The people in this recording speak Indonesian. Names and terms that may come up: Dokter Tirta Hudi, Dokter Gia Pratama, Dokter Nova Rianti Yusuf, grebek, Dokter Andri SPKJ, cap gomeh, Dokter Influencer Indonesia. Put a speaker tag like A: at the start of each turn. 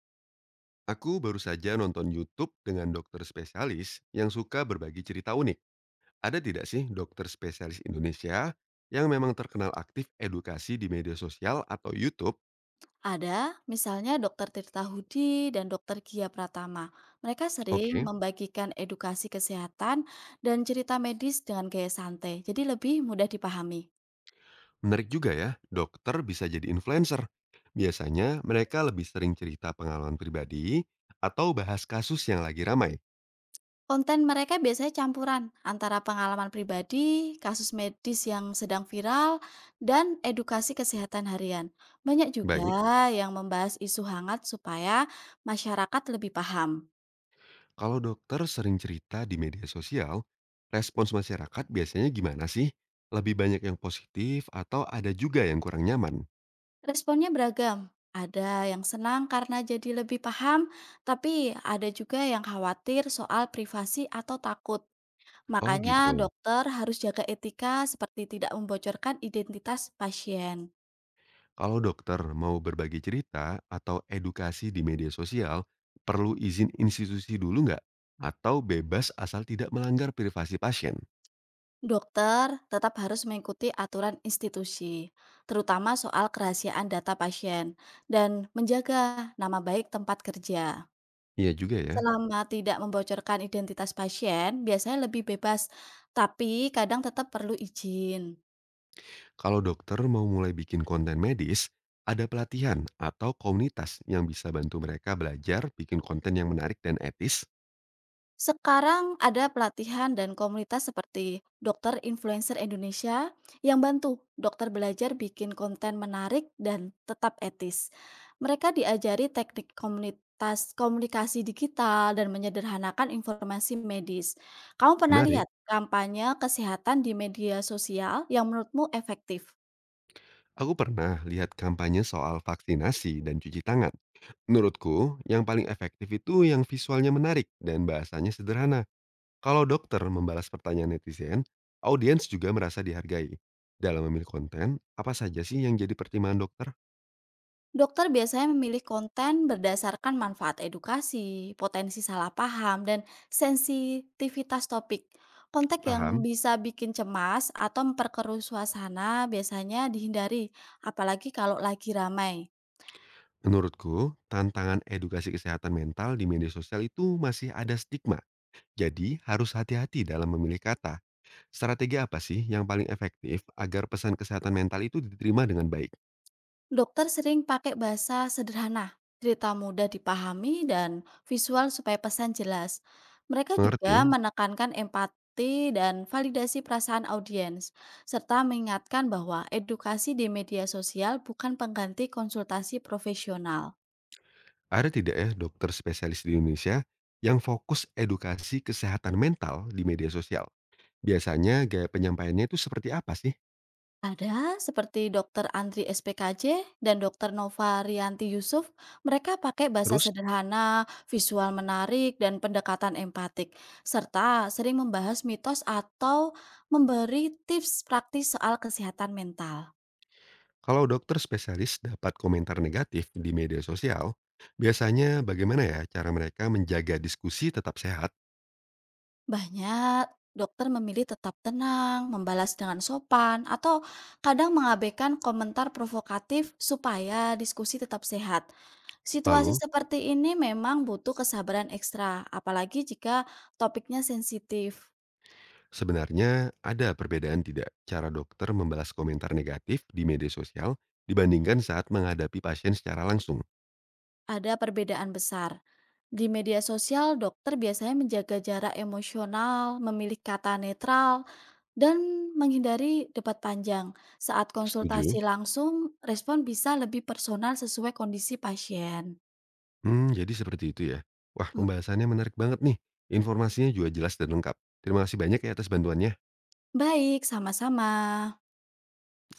A: Aku baru saja nonton YouTube dengan dokter spesialis yang suka berbagi cerita unik. Ada tidak sih dokter spesialis Indonesia yang memang terkenal aktif edukasi di media sosial atau YouTube?
B: Ada, misalnya Dokter Tirta Hudi dan Dokter Gia Pratama. Mereka sering
A: Oke,
B: membagikan edukasi kesehatan dan cerita medis dengan gaya santai, jadi lebih mudah dipahami.
A: menarik juga ya, dokter bisa jadi influencer. Biasanya mereka lebih sering cerita pengalaman pribadi atau bahas kasus yang lagi ramai.
B: Konten mereka biasanya campuran antara pengalaman pribadi, kasus medis yang sedang viral, dan edukasi kesehatan harian. Banyak
A: Baik,
B: juga yang membahas isu hangat supaya masyarakat lebih paham.
A: kalau dokter sering cerita di media sosial, respons masyarakat biasanya gimana sih? Lebih banyak yang positif atau ada juga yang kurang nyaman?
B: Responnya beragam. Ada yang senang karena jadi lebih paham, tapi ada juga yang khawatir soal privasi atau takut.
A: Oh
B: Makanya
A: gitu.
B: dokter harus jaga etika seperti tidak membocorkan identitas pasien.
A: Kalau dokter mau berbagi cerita atau edukasi di media sosial, perlu izin institusi dulu nggak? Atau bebas asal tidak melanggar privasi pasien?
B: Dokter tetap harus mengikuti aturan institusi, terutama soal kerahasiaan data pasien, dan menjaga nama baik tempat kerja.
A: Iya juga ya.
B: Selama tidak membocorkan identitas pasien, biasanya lebih bebas, tapi kadang tetap perlu izin.
A: Kalau dokter mau mulai bikin konten medis, ada pelatihan atau komunitas yang bisa bantu mereka belajar bikin konten yang menarik dan etis?
B: Sekarang ada pelatihan dan komunitas seperti Dokter Influencer Indonesia yang bantu dokter belajar bikin konten menarik dan tetap etis. Mereka diajari teknik komunikasi digital dan menyederhanakan informasi medis. Kamu pernah lihat
A: Menarik.
B: kampanye kesehatan di media sosial yang menurutmu efektif?
A: Aku pernah lihat kampanye soal vaksinasi dan cuci tangan. Menurutku, yang paling efektif itu yang visualnya menarik dan bahasanya sederhana. Kalau dokter membalas pertanyaan netizen, audiens juga merasa dihargai. Dalam memilih konten, apa saja sih yang jadi pertimbangan dokter?
B: Dokter biasanya memilih konten berdasarkan manfaat edukasi, potensi salah paham, dan sensitivitas topik. Konten yang
A: Paham?
B: bisa bikin cemas atau memperkeruh suasana biasanya dihindari, apalagi kalau lagi ramai.
A: Menurutku, tantangan edukasi kesehatan mental di media sosial itu masih ada stigma. Jadi, harus hati-hati dalam memilih kata. Strategi apa sih yang paling efektif agar pesan kesehatan mental itu diterima dengan baik?
B: Dokter sering pakai bahasa sederhana, cerita mudah dipahami, dan visual supaya pesan jelas. Mereka juga
A: Mengerti?
B: menekankan empati dan validasi perasaan audiens, serta mengingatkan bahwa edukasi di media sosial bukan pengganti konsultasi profesional.
A: Ada tidak ya dokter spesialis di Indonesia yang fokus edukasi kesehatan mental di media sosial? Biasanya gaya penyampaiannya itu seperti apa sih?
B: Ada, seperti Dokter Andri SPKJ dan Dokter Nova Rianti Yusuf, mereka pakai bahasa
A: Terus,
B: sederhana, visual menarik, dan pendekatan empatik, serta sering membahas mitos atau memberi tips praktis soal kesehatan mental.
A: kalau dokter spesialis dapat komentar negatif di media sosial, biasanya bagaimana ya cara mereka menjaga diskusi tetap sehat?
B: Banyak dokter memilih tetap tenang, membalas dengan sopan, atau kadang mengabaikan komentar provokatif supaya diskusi tetap sehat. Situasi
A: Lalu,
B: seperti ini memang butuh kesabaran ekstra, apalagi jika topiknya sensitif.
A: sebenarnya ada perbedaan tidak cara dokter membalas komentar negatif di media sosial dibandingkan saat menghadapi pasien secara langsung?
B: Ada perbedaan besar. Di media sosial, dokter biasanya menjaga jarak emosional, memilih kata netral, dan menghindari debat panjang. Saat
A: Setuju?
B: konsultasi langsung, respon bisa lebih personal sesuai kondisi pasien.
A: Hmm, jadi seperti itu ya. Wah,
B: M
A: pembahasannya menarik banget nih. Informasinya juga jelas dan lengkap. Terima kasih banyak ya atas bantuannya.
B: Baik, sama-sama.